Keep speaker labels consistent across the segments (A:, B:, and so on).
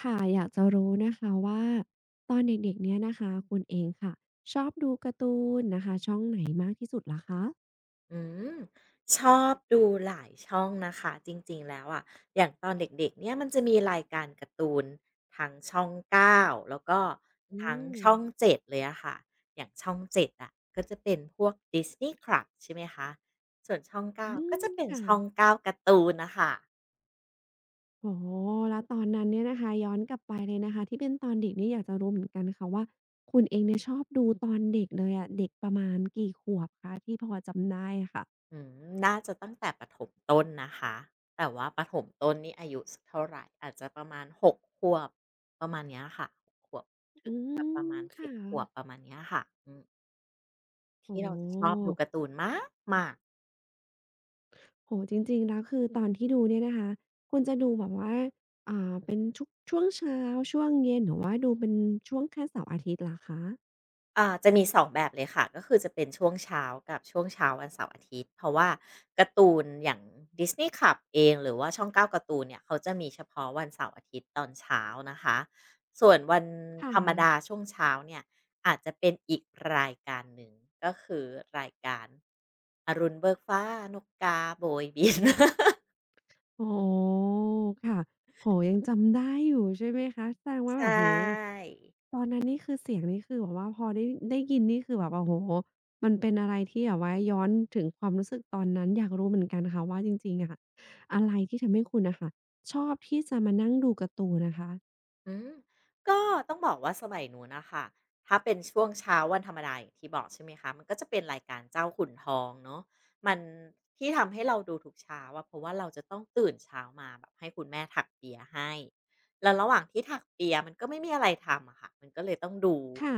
A: ค่ะอยากจะรู้นะคะว่าตอนเด็กๆเนี่ยนะคะคุณเองค่ะชอบดูการ์ตูนนะคะช่องไหนมากที่สุดลหคะ
B: อืมชอบดูหลายช่องนะคะจริงๆแล้วอะอย่างตอนเด็กๆเนี่ยมันจะมีรายการการ์ตูนทั้งช่อง9แล้วก็
A: อื
B: ทั้ง
A: ม
B: ช่อง7เลยอะค่ะอย่างช่อง7อะก็จะเป็นพวกดิสนีย์ครับใช่ไหมคะส่วนช่อง9
A: อื
B: กาก็
A: ม
B: จะเป็น
A: ค่ะ
B: ช่อง9กาการ์ตูนนะคะ
A: โอ้แล้วตอนนั้นเนี่ยนะคะย้อนกลับไปเลยนะคะที่เป็นตอนเด็กเนี่ยอยากจะรู้เหมือนกันค่ะว่าคุณเองเนี่ยชอบดูตอนเด็กเลยอะเด็กประมาณกี่ขวบคะที่พอจำได้อะค่ะ
B: อืมน่าจะตั้งแต่ประถมต้นนะคะ แต่ว่าประถมต้นนี่อายุสักเท่าไหร่ อาจจะประมาณ6ขวบประมาณเนี้ยค่ะหกขวบถึ
A: อื
B: งแบบประ
A: ม
B: มาณ
A: ค่ะ
B: 10ขวบประมาณเนี้ยค่ะ
A: โอ้
B: ที่
A: โฮ
B: เราจะชอบดูการ์ตูนมากมาก
A: โอ้โฮจริงๆแล้วคือตอนที่ดูเนี่ยนะคะคุณจะดูแบบว่าเป็นชุกช่วงเช้าช่วงเย็นหรือว่าดูเป็นช่วงแค่เสาร์อาทิตย์เหรอคะ
B: จะมีสองแบบเลยค่ะก็คือจะเป็นช่วงเช้ากับช่วงเช้าวันเสาร์อาทิตย์เพราะว่าการ์ตูนอย่าง Disney Club เองหรือว่าช่องเกาการ์ตูนเนี่ยเขาจะมีเฉพาะวันเสาร์อาทิตย์ตอนเช้านะคะส่วนวันธรรม
A: ค่ะ
B: ดาช่วงเช้าเนี่ยอาจจะเป็นอีกรายการหนึ่งก็คือรายการอรุณเบิกฟ้านกกาโบยบิน
A: อ๋อค่ะโอ้โฮยังจำได้อยู่ใช่ไหมคะแสดง ว่าแบบ
B: ใช่
A: โอ้โฮตอนนั้นนี่คือเสียงนี่คือแบบว่าพอได้ได้ยินนี่คือแบบว่าโอ้โฮมันเป็นอะไรที่แบบว่าย้อนถึงความรู้สึกตอนนั้นอยากรู้เหมือนกันค่ะว่าจริงๆอะอะไรที่ทำให้คุณน่ะค่ะชอบที่จะมานั่งดูการ์ตูนนะคะ
B: อืมก็ต้องบอกว่าสมัยนู้นนะค่ะถ้าเป็นช่วงเช้าวันธรรมดาอย่างที่บอกใช่ไหมคะมันก็จะเป็นรายการเจ้าขุนทองเนาะมันที่ทำให้เราดูทุกเช้าอะเพราะว่าเราจะต้องตื่นเช้ามาแบบให้คุณแม่ถักเปียให้แล้วระหว่างที่ถักเปียมันก็ไม่มีอะไรทำอะค่ะมันก็เลยต้องดู
A: ค่ะ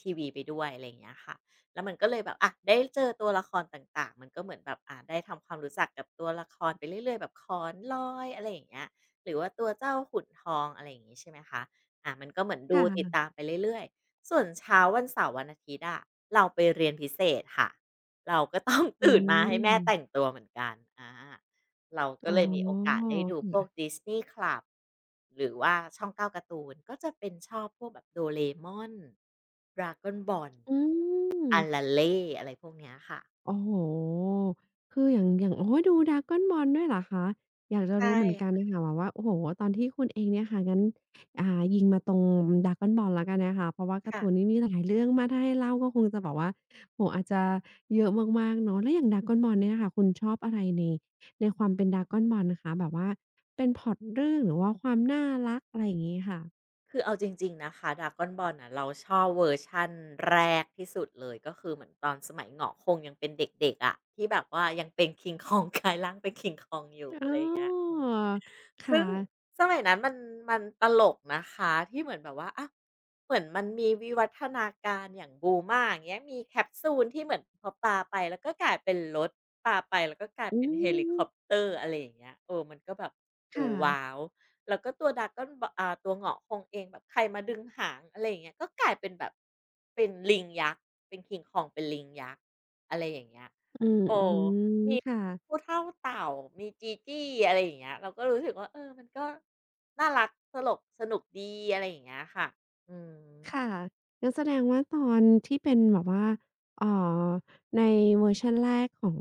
B: ทีวีไปด้วยอะไรอย่างเงี้ยค่ะแล้วมันก็เลยแบบอะได้เจอตัวละครต่างๆมันก็เหมือนแบบได้ทำความรู้จักกับตัวละครไปเรื่อยๆแบบขอนลอยอะไรอย่างเงี้ย หรือว่าตัวเจ้าขุนทองอะไรอย่างงี้ใช่ไหมคะอามันก็เหมือนดูติด
A: ค่ะ
B: ตามไปเรื่อยๆส่วนเช้าวันเสาร์วันอาทิตย์อะเราไปเรียนพิเศษค่ะ เราก็ต้อง
A: อื
B: ตื่นมาให้แม่แต่ง
A: ม
B: ตัวเหมือนกันอาเราก็
A: อ๋
B: เลยมีโอ
A: อ
B: กาสได้ดูพวก
A: ค่ะ
B: Disney Club หรือว่าช่อง9กาการ์ตูนก็จะเป็นชอบพวกแบบ Doraemon Dragon Ball
A: อืม
B: Ararelle อะไรพวกเนี้ยค่ะ
A: โอ้โฮคืออย่างอย่างโอ้โฮดู Dragon Ball ด้วยเหรอคะอยากจะ
B: ใช่
A: รู้เหมือนกันน่ะค่ะแบบว่าโอ้โฮตอนที่คุณเองเนี่ยค่ะงั้นอ่ายิงมาตรง Dragon Ball แล้วกันนะคะเพราะว่าการ์ตูน
B: ค่ะ
A: นี้มีหลายเรื่องมากถ้าให้เล่าก็คงจะแบบว่าโอ้โฮอาจจะเยอะมากๆเนาะแล้วอย่าง Dragon Ball เนี่ยค่ะคุณชอบอะไรในในความเป็น Dragon Ball นะคะแบบว่าเป็นพล็อตเรื่องหรือว่าความน่ารักอะไรอย่างงี้ค่ะ
B: คือเอาจริงๆนะคะ Dragon Ball น่ะเราชอบเวอร์ชันแรกที่สุดเลยก็คือเหมือนตอนสมัยเหงาะคงยังเป็นเด็กๆอะที่แบบว่ายังเป็น King Kong กลายร่างเป็น King Kong อยู่
A: อ๋
B: อะไรอย่างเงี้ย
A: อ
B: ซึ่ง
A: ค่ะ
B: สมัยนั้นมันตลกนะคะที่เหมือนแบบว่าอะเหมือนมันมีวิวัฒนาการอย่าง b u l า a อย่างเงี้ยมีแคปซูลที่เหมือนพอปาไปแล้วก็กลายเป็นรถปาไปแล้วก็กลาย
A: อื
B: เป็นเฮลิค
A: ม
B: อปเตอร์อะไรอย่างเงี้ยเออมันก็แบบดู
A: ค่ะ
B: ว้าวแล้วก็ตัวดาก g ตัวเหงาะคงเองแบบใครมาดึงหางอะไรอย่างเงี้ยก็กลายเป็นแบบเป็นลิงยักษ์เป็นคิงคองเป็นลิงยักษ์อะไรอย่างเงี้ย
A: อืม
B: โอ้
A: อืม
B: มี
A: ค่ะ
B: ผู้เฒ่าเต่ามีจีจี้อะไรอย่างเงี้ยเราก็รู้สึกว่าเออมันก็น่ารักตลกสนุกดีอะไรอย่างเงี้ยค่ะอืม
A: ค่ะงั้นแสดงว่าตอนที่เป็นแบบว่าเอ่อในเวอร์ชันแรกของ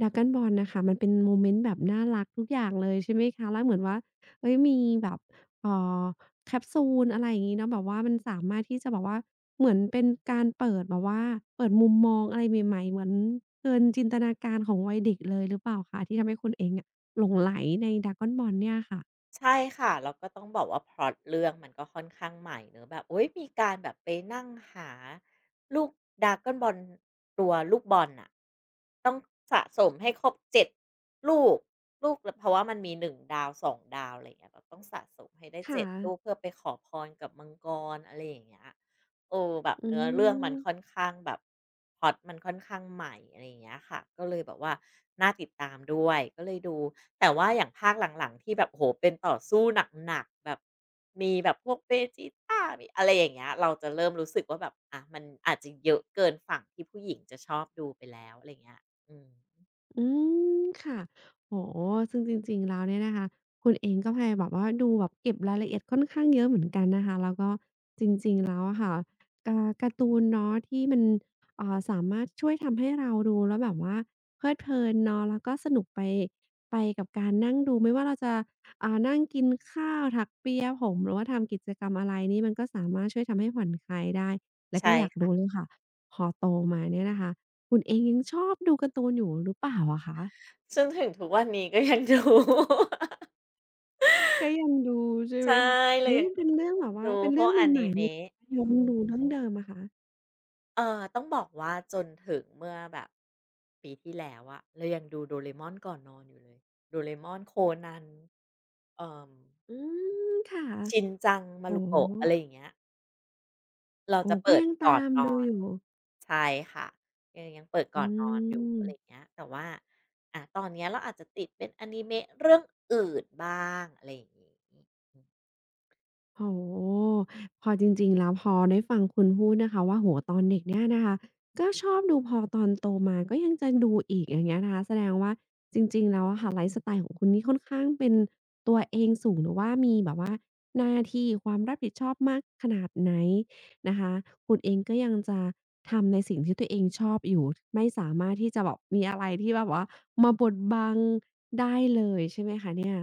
A: Dragon Ball น่ะค่ะมันเป็นโมเมนต์แบบน่ารักทุกอย่างเลยใช่ไหมคะ แล้วเหมือนว่าเฮ้ยมีแบบเอ่อแคปซูลอะไรอย่างงี้เนาะแบบว่ามันสามารถที่จะแบบว่าเหมือนเป็นการเปิดแบบว่าเปิดมุมมองอะไรใหม่ๆเหมือนเกินจินตนาการของวัยเด็กเลยหรือเปล่าคะที่ทำให้คุณเองอะหลงใหลใน Dragon Ball เนี่ยค่ะ
B: ใช่ค่ะแล้วก็ต้องบอกว่าพล็อตเรื่องมันก็ค่อนข้างใหม่เนอะแบบอุ๊ยมีการแบบไปนั่งหาลูก Dragon Ball ตัวลูกบอลน่ะต้องสะสมให้ครบ7ลูกลูกลเพราะว่ามันมี1ดาวสองดาวอะไรอย่างเงี้ยเราต้องสะสมให้ได้
A: ค่ะ
B: 7ลูกเพื่อไปขอพรกับมังกรอะไรอย่างเงี้ย เออแบบ
A: อื
B: เนื้อเรื่องมันค่อน
A: ม
B: ข้างแบบพล็อตมันค่อนข้างใหม่อะไรอย่างเงี้ยค่ะก็เลยแบบว่าน่าติดตามด้วยก็เลยดูแต่ว่าอย่างภาคหลังๆที่แบบโอ้โหเป็นต่อสู้หนักๆแบบมีแบบพวกเบจิต้ามีอะไรอย่างเงี้ยเราจะเริ่มรู้สึกว่าแบบอะมันอาจจะเยอะเกินฝั่งที่ผู้หญิงจะชอบดูไปแล้วอะไร่เงี้ยอืม
A: อืมค่ะโอ้โฮซึ่งจริงๆแล้วเนี่ยนะคะคุณเองก็พยายามแบบว่าดูแบบเก็บรายละเอียดค่อนข้างเยอะเหมือนกันนะคะแล้วก็จริงๆแล้วอะค่ะกาการ์ตูนเนาะที่มันสามารถช่วยทำให้เราดูแล้วแบบว่าเพลิดเพลินเนาะแล้วก็สนุกไปไปกับการนั่งดูไม่ว่าเราจะนั่งกินข้าวถักเปียผมหรือว่าทำกิจกรรมอะไรนี่มันก็สามารถช่วยทำให้ผ่อนคลายได้แล้ว
B: ใช่
A: ก็อยากรู้เล
B: ค่ะ
A: ยค่ะพอโตมาเนี่ยนะคะ คุณเองยังชอบดูการ์ตูนอยู่หรือเปล่าอะคะ
B: จนถึงทุกวันนี้ก็ยังดู
A: ก็ยังดูใช่ไหม
B: ใช่
A: คะ
B: เลย
A: อุ๊
B: ยั
A: ย
B: ง
A: เป็นเรื่องแบบว่า
B: ดู
A: เป็น
B: พ
A: เรื่
B: ว
A: อ
B: ก
A: ง
B: อ
A: ให
B: นิ
A: ม่ๆเลย
B: เมะ
A: ย้อนดูเรื่องเดิมอะคะ
B: เออต้องบอกว่าจนถึงเมื่อแบบปีที่แล้วอะเรายังดูโดเรมอนก่อนนอนอยู่เลยโดเรมอนโคนันเอ่อ
A: อืมค่ะ
B: ชินจังมา
A: โอ้
B: รุโกะ
A: โฮ
B: อะไรอย่างเงี้ยเรา
A: โอ้
B: จะ
A: ก็
B: เปิด
A: ยัง
B: ก่อ
A: ตา
B: น
A: ม
B: น
A: ดู
B: อน
A: อยู่
B: ใช่ค่ะยังยังเปิด
A: อื
B: ก่อนนอนอยู่อะไรอย่าง
A: ม
B: เงี้ยแต่ว่าตอนเนี้ยเราอาจจะติดเป็นอนิเมะเรื่องอื่นบ้างอะไรอย่างงี้
A: โอ้โฮพอจริงๆแล้วพอได้ฟังคุณพูดนะคะว่าโอ้โฮตอนเด็กเนี่ยนะคะก็ชอบดูพอตอนโตมาก็ยังจะดูอีกอย่างเงี้ยนะคะแสดงว่าจริงๆแล้วอะค่ะไลฟ์สไตล์ของคุณนี่ค่อนข้างเป็นตัวเองสูงหรือว่ามีแบบว่าหน้าที่ความรับผิดชอบมากขนาดไหนนะคะคุณเองก็ยังจะทำในสิ่งที่ตัวเองชอบอยู่ไม่สามารถที่จะแบบมีอะไรที่แบบว่ามาบดบังได้เลยใช่ไหมคะเนี่ย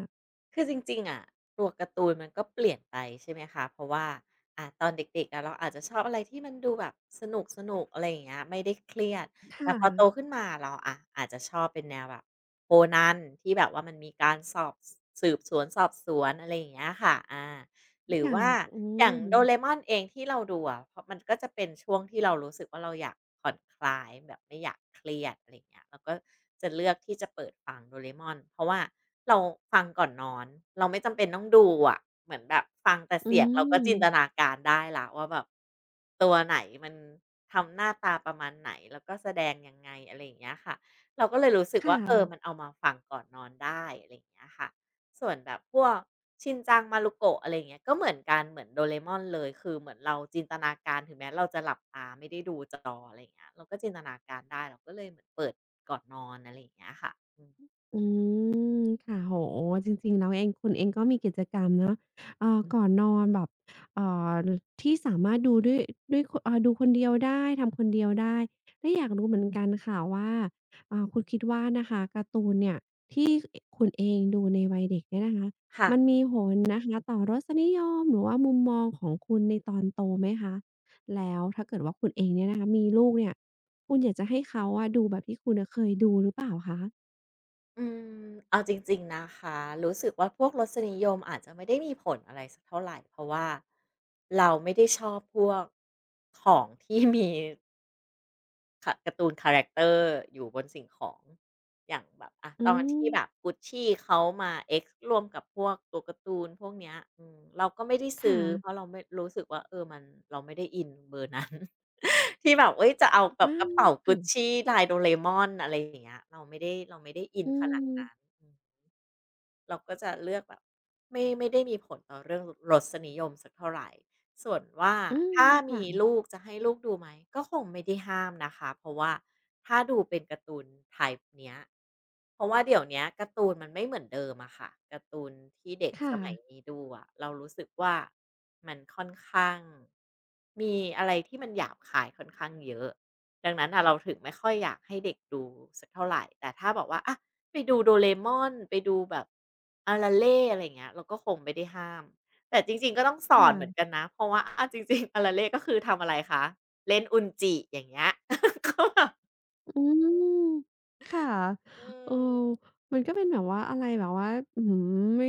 B: คือจริงๆอะตัวการ์ตูนมันก็เปลี่ยนไปใช่ไหมคะ เพราะว่าตอนเด็กๆอะเราอาจจะชอบอะไรที่มันดูแบบสนุกๆอะไรอย่างเงี้ยไม่ได้เครียด
A: ค่
B: แต่พอโต
A: ะ
B: ขึ้นมาเราอะอาจจะชอบเป็นแนวแบบ Conan ที่แบบว่ามันมีการสอบสืบสวนสอบสวนอะไรอย่างเงี้ยค่ะหรือ
A: ค่ะ
B: ว่า
A: อื
B: อย่าง
A: ม
B: โดเรมอนเองที่เราดูอะเพราะมันก็จะเป็นช่วงที่เรารู้สึกว่าเราอยากผ่อนคลายแบบไม่อยากเครียดอะไรอย่างเงี้ยเราก็จะเลือกที่จะเปิดฟังโดเรมอนเพราะว่าเราฟังก่อนนอนเราไม่จำเป็นต้องดูอะเหมือนแบบฟังแต่
A: อื
B: เสียงเราก็จินต
A: ม
B: นาการได้แล้วว่าแบบตัวไหนมันทำหน้าตาประมาณไหนแล้วก็แสดงยังไงอะไรอย่างเงี้ยค่ะเราก็เลยรู้สึก
A: ค่
B: ว่าเออมัน
A: ะ
B: เอามาฟังก่อนนอนได้อะไรอย่างเงี้ยค่ะ ส่วนแบบพวกชินจังมารุโกะอะไรอย่างเงี้ยก็เหมือนกันเหมือนโดเรม่อนเลยคือเหมือนเราจินตนาการถึงแม้เราจะหลับตาไม่ได้ดูจออะไรอย่างเงี้ยเราก็จินตนาการได้เราก็เลยเหมือนเปิดก่อนนอนอะไรอย่างเงี้ยค่ะอืม
A: อืมค่ะโอ้โฮจริงๆแล้วเองคุณเองก็มีกิจกรรมเนาะก่อนนอนแบบเอ่อที่สามารถดูด้วยด้วยคเอ่อดูคนเดียวได้ทำคนเดียวได้แล้วอยากรู้เหมือนกันค่ะว่าคุณคิดว่านะคะการ์ตูนเนี่ยที่อคุณเองดูในวัยเด็กเนี่ยนะคะ
B: ค่ะ
A: มันมีผลนะคะต่อรสนิยมหรือว่ามุมมองของคุณในตอนโตไหมคะแล้วถ้าเกิดว่าคุณเองเนี่ยนะคะมีลูกเนี่ยคุณอยากจะให้เขาอะดูแบบที่คุณอะเคยดูหรือเปล่าคะ
B: อืเอาจริงๆนะคะรู้สึกว่าพวกรสนิยมอาจจะไม่ได้มีผลอะไรสักเท่าไรเพราะว่าเราไม่ได้ชอบพวกของที่มี ค่ะการ์ตูนคาแรคเตอร์อยู่บนสิ่งของอย่างแบบอ่ะ
A: อื
B: ตอนที่แบบ
A: ม
B: กุชชี่เขามา X ร่วมกับพวกตัวการ์ตูนพวกเนี้ยอืมเราก็ไม่ได้ซื้
A: ค่ะ
B: อเพราะเราไม่รู้สึกว่าเออมันเราไม่ได้อินเบอร์นั้น ที่แบบเอ้ยจะเอาแบบ
A: อา
B: กระเป๋ากุช
A: ค่ะ
B: ชี่ลายโดเรมอนอะไรอย่างเงี้ยเราไม่ได้เราไม่ได้อิน
A: อื
B: ขนาดนั้น
A: ม
B: เราก็จะเลือกแบบไม่ได้มีผลต่อเรื่องรสนิยมสักเท่าไหรส่วนว่า
A: อืม
B: ถ้า
A: ค่ะ
B: มีลูกจะให้ลูกดูไหมก็คงไม่ได้ห้ามนะคะเพราะว่าถ้าดูเป็นการ์ตูน type เนี้ยเพราะว่าเดี๋ยวเนี้ยการ์ตูนมันไม่เหมือนเดิมอะค่ะการ์ตูนที่เด็กส
A: ค่ะ
B: มัยนี้ดูอะเรารู้สึกว่ามันค่อนข้างมีอะไรที่มันหยาบคายค่อนข้างเยอะดังนั้นนะเราถึงไม่ค่อยอยากให้เด็กดูสักเท่าไหรแต่ถ้าบอกว่าอะ ไปดูโดเรมอนไปดูแบบอาราเล่อะไรอย่างเงี้ยเราก็คงไม่ได้ห้ามแต่จริงๆก็ต้องสอนเหมือน
A: ค่ะ
B: กันนะเพราะว่าอาจริงๆ อาราเล่ก็คือทำอะไรคะเล่นอุนจิอย่างเงี้ย ก็แบบ
A: อืมค่ะ
B: อื
A: เออ
B: ม
A: มันก็เป็นแบบว่าอะไรแบบว่าอื้อฮือไม่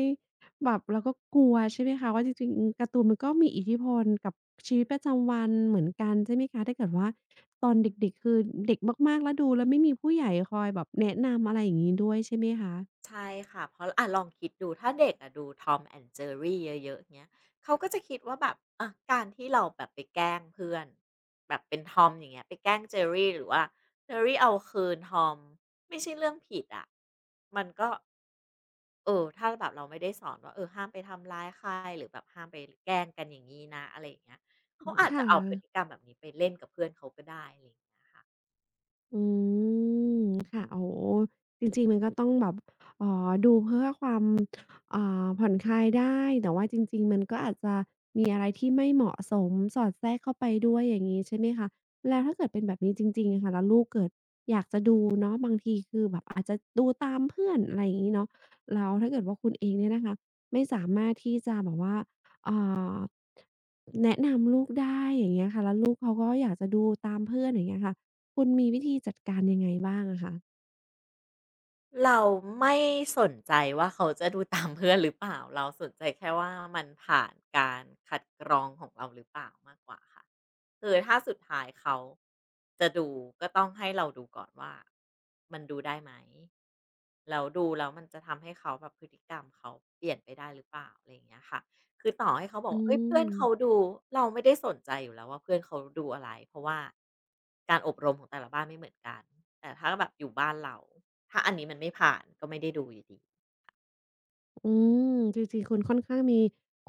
A: แบบเราก็กลัวใช่ไหมคะ ว่าจริงๆการ์ตูนมันก็มีอิทธิพลกับชีวิตประจำวันเหมือนกันใช่ไหมคะถ้าเกิดว่าตอนเด็กๆ คือเด็กมากๆ แล้วดูแล้วไม่มีผู้ใหญ่คอยแบบแนะนำอะไรอย่างงี้ด้วยใช่ไหมคะ
B: ใช่ค่ะเพราะอ่ะลองคิดดูถ้าเด็กอะดู Tom and Jerry เยอะๆเงี้ยเขาก็จะคิดว่าแบบอะการที่เราแบบไปแกล้งเพื่อนแบบเป็นทอมอย่างเงี้ยไปแกล้งเจอรี่หรือว่าเจอรี่เอาคืนทอมไม่ใช่เรื่องผิดอะมันก็เออถ้าแบบเราไม่ได้สอนว่าเออห้ามไปทำร้ายใครหรือแบบห้ามไปแกล้งกันอย่างนี้นะอะไรอย่างเงี้ยเขาอาจ
A: ค่
B: จะเอาพฤติ
A: ะ
B: กรรมแบบนี้ไปเล่นกับเพื่อนเขาก็ได้
A: อืมค่ะโอ้โฮจริงๆมันก็ต้องแบบดูเพื่อความผ่อนคลายได้แต่ว่าจริงๆมันก็อาจจะมีอะไรที่ไม่เหมาะสมสอดแทรกเข้าไปด้วยอย่างงี้ใช่ไหมคะแล้วถ้าเกิดเป็นแบบนี้จริงๆอะค่ะแล้วลูกเกิดอยากจะดูเนาะบางทีคือแบบอาจจะดูตามเพื่อนอะไรอย่างงี้เนาะแล้วถ้าเกิดว่าคุณเองเนี่ยนะคะไม่สามารถที่จะแบบว่าอ่าแนะนำลูกได้อย่างเงี้ยค่ะแล้วลูกเขาก็อยากจะดูตามเพื่อนอย่างเงี้ยค่ะ คุณมีวิธีจัดการยังไงบ้างอะคะ
B: เราไม่สนใจว่าเขาจะดูตามเพื่อนหรือเปล่าเราสนใจแค่ว่ามันผ่านการคัดกรองของเราหรือเปล่ามากกว่าค่ะคือถ้าสุดท้ายเขาจะดูก็ต้องให้เราดูก่อนว่ามันดูได้ไหมแล้วดูแล้วมันจะทำให้เขาแบบพฤติกรรมเขาเปลี่ยนไปได้หรือเปล่าอะไรอย่างเงี้ยค่ะคือต่อให้เขาบอก
A: อื
B: ว่าเอ้ยเพื่
A: ม
B: อนเขาดูเราไม่ได้สนใจอยู่แล้วว่าเพื่อนเขาดูอะไรเพราะว่าการอบรมของแต่ละบ้านไม่เหมือนกันแต่ถ้าแบบอยู่บ้านเรา ถ้าอันนี้มันไม่ผ่านก็ไม่ได้ดูอยู่ดี
A: อืมจริงๆคุณค่อนข้างมี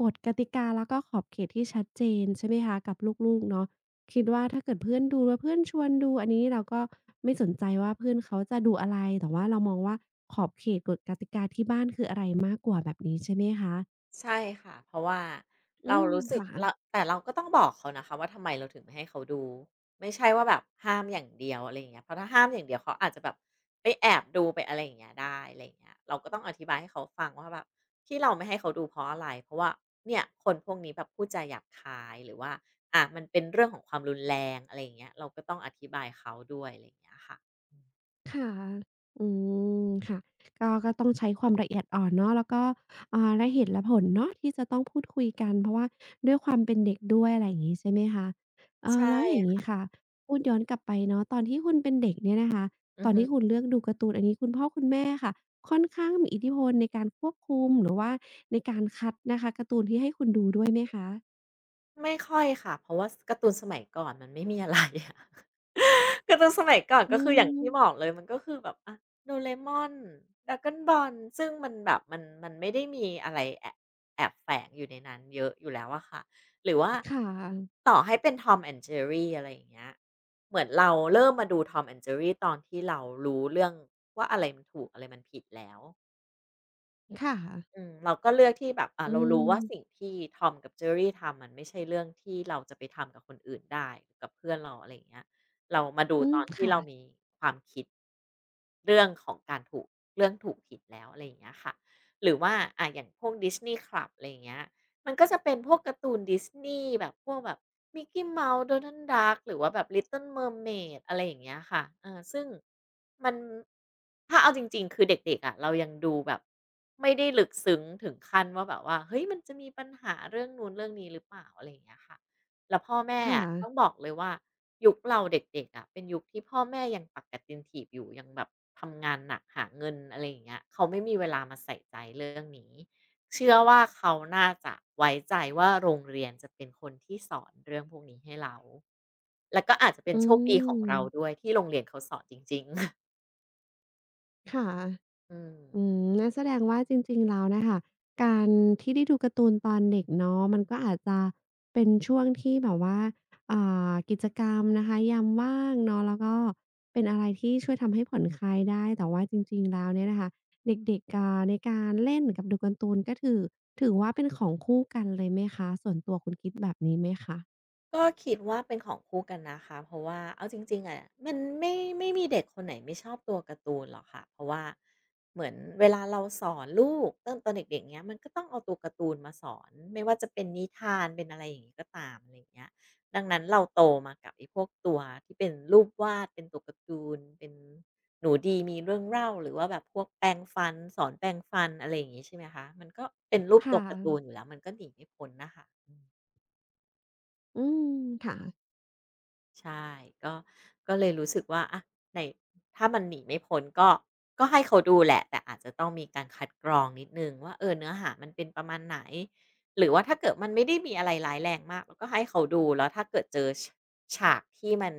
A: กฎกติกาแล้วก็ขอบเขตที่ชัดเจนใช่ไหมคะกับลูกๆเนาะคิดว่าถ้าเกิดเพื่อนดูแล้วเพื่อนชวนดูอันนี้เราก็ไม่สนใจว่าเพื่อนเขาจะดูอะไรแต่ว่าเรามองว่าขอบเขตกฎกติกาที่บ้านคืออะไรมากกว่าแบบนี้ใช่ไหมคะ
B: ใช่ค่ะเพราะว่า
A: อื
B: เรา
A: ม
B: รู้สึก
A: ค่ะ
B: เราแต่เราก็ต้องบอกเขานะคะว่าทำไมเราถึงไม่ให้เขาดูไม่ใช่ว่าแบบห้ามอย่างเดียวอะไรอย่างเงี้ยเพราะถ้าห้ามอย่างเดียวเขาอาจจะแบบไปแอบดูไปอะไรอย่างเงี้ยได้อะไรอย่างเงี้ยเราก็ต้องอธิบายให้เขาฟังว่าแบบที่เราไม่ให้เขาดูเพราะอะไรเพราะว่าเนี่ยคนพวกนี้แบบพูดจาหยาบคายหรือว่าอ่ะมันเป็นเรื่องของความรุนแรงอะไรอย่างเงี้ยเราก็ต้องอธิบายเขาด้วยอะไรอย่างเงี้ยค่ะ
A: ค่ะอืมค่ะก็ต้องใช้ความละเอียดอ่อนเนาะแล้วก็และเหตุและผลเนาะที่จะต้องพูดคุยกันเพราะว่าด้วยความเป็นเด็กด้วยอะไรอย่างงี้ใช่ไหมคะ
B: ใช่
A: แล้วอย่างงี้
B: ค่ะ
A: ค่ะพูดย้อนกลับไปเนาะตอนที่คุณเป็นเด็กเนี่ยนะคะ
B: อื
A: ต
B: อ
A: อน
B: ฮึ
A: ที่คุณเลือกดูการ์ตูนอันนี้คุณพ่อคุณแม่ค่ะ ค่อนข้างมีอิทธิพลในการควบคุมหรือว่าในการคัดนะคะการ์ตูนที่ให้คุณดูด้วยไหมคะ
B: ไม่ค่อยค่ะเพราะว่าสการ์ตูนสมัยก่อนมันไม่มีอะไรอะ การ์ตูนสมัยก่อน
A: อื
B: ก็คืออย่างที่บอ
A: ม
B: กเลยมันก็คือแบบอะDoraemon Dragon Ball ซึ่งมันแบบมันไม่ได้มีอะไรแอบแฝงอยู่ในนั้นเยอะอยู่แล้วอะค่ะหรือว่า
A: ค่ะ
B: ต่อให้เป็น Tom and Jerry อะไรอย่างเงี้ยเหมือนเราเริ่มมาดู Tom and Jerry ตอนที่เรารู้เรื่องว่าอะไรมันถูกอะไรมันผิดแล้ว
A: ค่ะ
B: อืมเราก็เลือกที่แบบ
A: อื
B: เรารู้ว่าสิ่ง
A: ม
B: ที่ทอมกับ j e รรี่ทำมันไม่ใช่เรื่องที่เราจะไปทำกับคนอื่นได้กับเพื่อนเราอะไรอย่างเงี้ยเรามาดู
A: อื
B: ต
A: ม
B: อนที่
A: ค่ะ
B: เรามีความคิดเรื่องของการถูกเรื่องถูกผิดแล้วอะไรอย่างเงี้ยค่ะหรือว่าอย่างพวก Disney Club อะไรอย่างเงี้ย มันก็จะเป็นพวกการ์ตูนดิสนีย์แบบพวกแบบมิ c กี้ m o u โดนันด์ด d u c กหรือว่าแบบ Little Mermaid อะไรอย่างเงี้ยค่ะเออซึ่งมันถ้าเอาจริงๆคือเด็กๆอะะเรายังดูแบบไม่ได้ลึกซึ้งถึงขั้นว่าแบบว่าเฮ้ยมันจะมีปัญหาเรื่องนู้นเรื่องนี้หรือเปล่าอะไรอย่างเงี้ยค่ะแล้วพ่อแม่
A: ค่ะ
B: อะต้องบอกเลยว่ายุคเราเด็กๆอะะเป็นยุคที่พ่อแม่ยังปักกัดตินถีบอยู่ยังแบบทำงานหนักหาเงินอะไรอย่างเงี้ยเขาไม่มีเวลามาใส่ใจเรื่องนี้ เชื่อว่าเขาน่าจะไว้ใจว่าโรงเรียนจะเป็นคนที่สอนเรื่องพวกนี้ให้เรา แล้วก็อาจจะเป็น
A: อื
B: โชคดีของเรา
A: ม
B: ด้วยที่โรงเรียนเขาสอนจริงๆ
A: ค่ะ
B: อืม
A: อืมงั้นแสดงว่าจริงๆแล้วน่ะค่ะการที่ได้ดูการ์ตูนตอนเด็กเนาะมันก็อาจจะเป็นช่วงที่แบบว่าอ่กิจกรรมนะคะยามว่างเนาะแล้วก็เป็นอะไรที่ช่วยทำให้ผ่อนคลายได้แต่ว่าจริงๆแล้วเนี่ยนะคะเด็กๆในการเล่นกับดูการ์ตูนก็ถือว่าเป็นของคู่กันเลยไหมคะ ส่วนตัวคุณคิดแบบนี้ไหมคะ
B: ก็คิดว่าเป็นของคู่กันนะคะเพราะว่าเอาจริงๆอะมันไม่มีเด็กคนไหนไม่ชอบตัวการ์ตูนหรอกค่ะเพราะว่าเหมือนเวลาเราสอนลูกตั้งตอนเด็กๆเงี้ยมันก็ต้องเอาตัวการ์ตูนมาสอนไม่ว่าจะเป็นนิทานเป็นอะไรอย่างงี้ก็ตามอะไรอย่างเงี้ยดังนั้นเราโตมากับไอ้พวกตัวที่เป็นรูปวาดเป็นตัวการ์ตูนเป็นหนูดีมีเรื่องเล่าหรือว่าแบบพวกแปรงฟันสอนแปรงฟันอะไรอย่างงี้ใช่ไหมคะมันก็เป็นรูป
A: ค
B: ตัวการ์ตูน
A: ่ะ
B: อยู่แล้วมันก็หนีไม่พ้นนะคะ
A: อืมค่ะ
B: ใช่ก็ก็เลยรู้สึกว่าอะในถ้ามันหนีไม่พ้นก็ให้เขาดูแหละแต่อาจจะต้องมีการคัดกรองนิดหนึ่งว่าเออเนื้อหามันเป็นประมาณไหนหรือว่าถ้าเกิดมันไม่ได้มีอะไรร้ายแรงมากเราก็ให้เขาดูแล้วถ้าเกิดเจอฉากที่มัน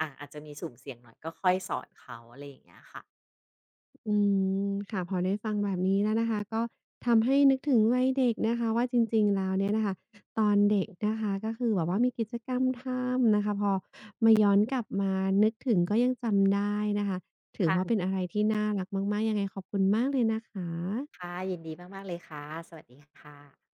B: อาจจะมีสุ่มเสี่ยงหน่อยก็ค่อยสอนเขาอะไรอย่างเงี้ยค่ะ
A: อืมค่ะพอได้ฟังแบบนี้แล้วนะคะก็ทำให้นึกถึงวัยเด็กนะคะว่าจริงๆแล้วเนี่ยนะคะตอนเด็กนะคะก็คือแบบว่ามีกิจกรรมทำนะคะพอมาย้อนกลับมานึกถึงก็ยังจำได้นะคะถือว่า
B: ค่ะ
A: เป็นอะไรที่น่ารักมากๆยังไงขอบคุณมากเลยนะคะ
B: ค่ะยินดีมากๆเลยค่ะสวัสดีค่ะ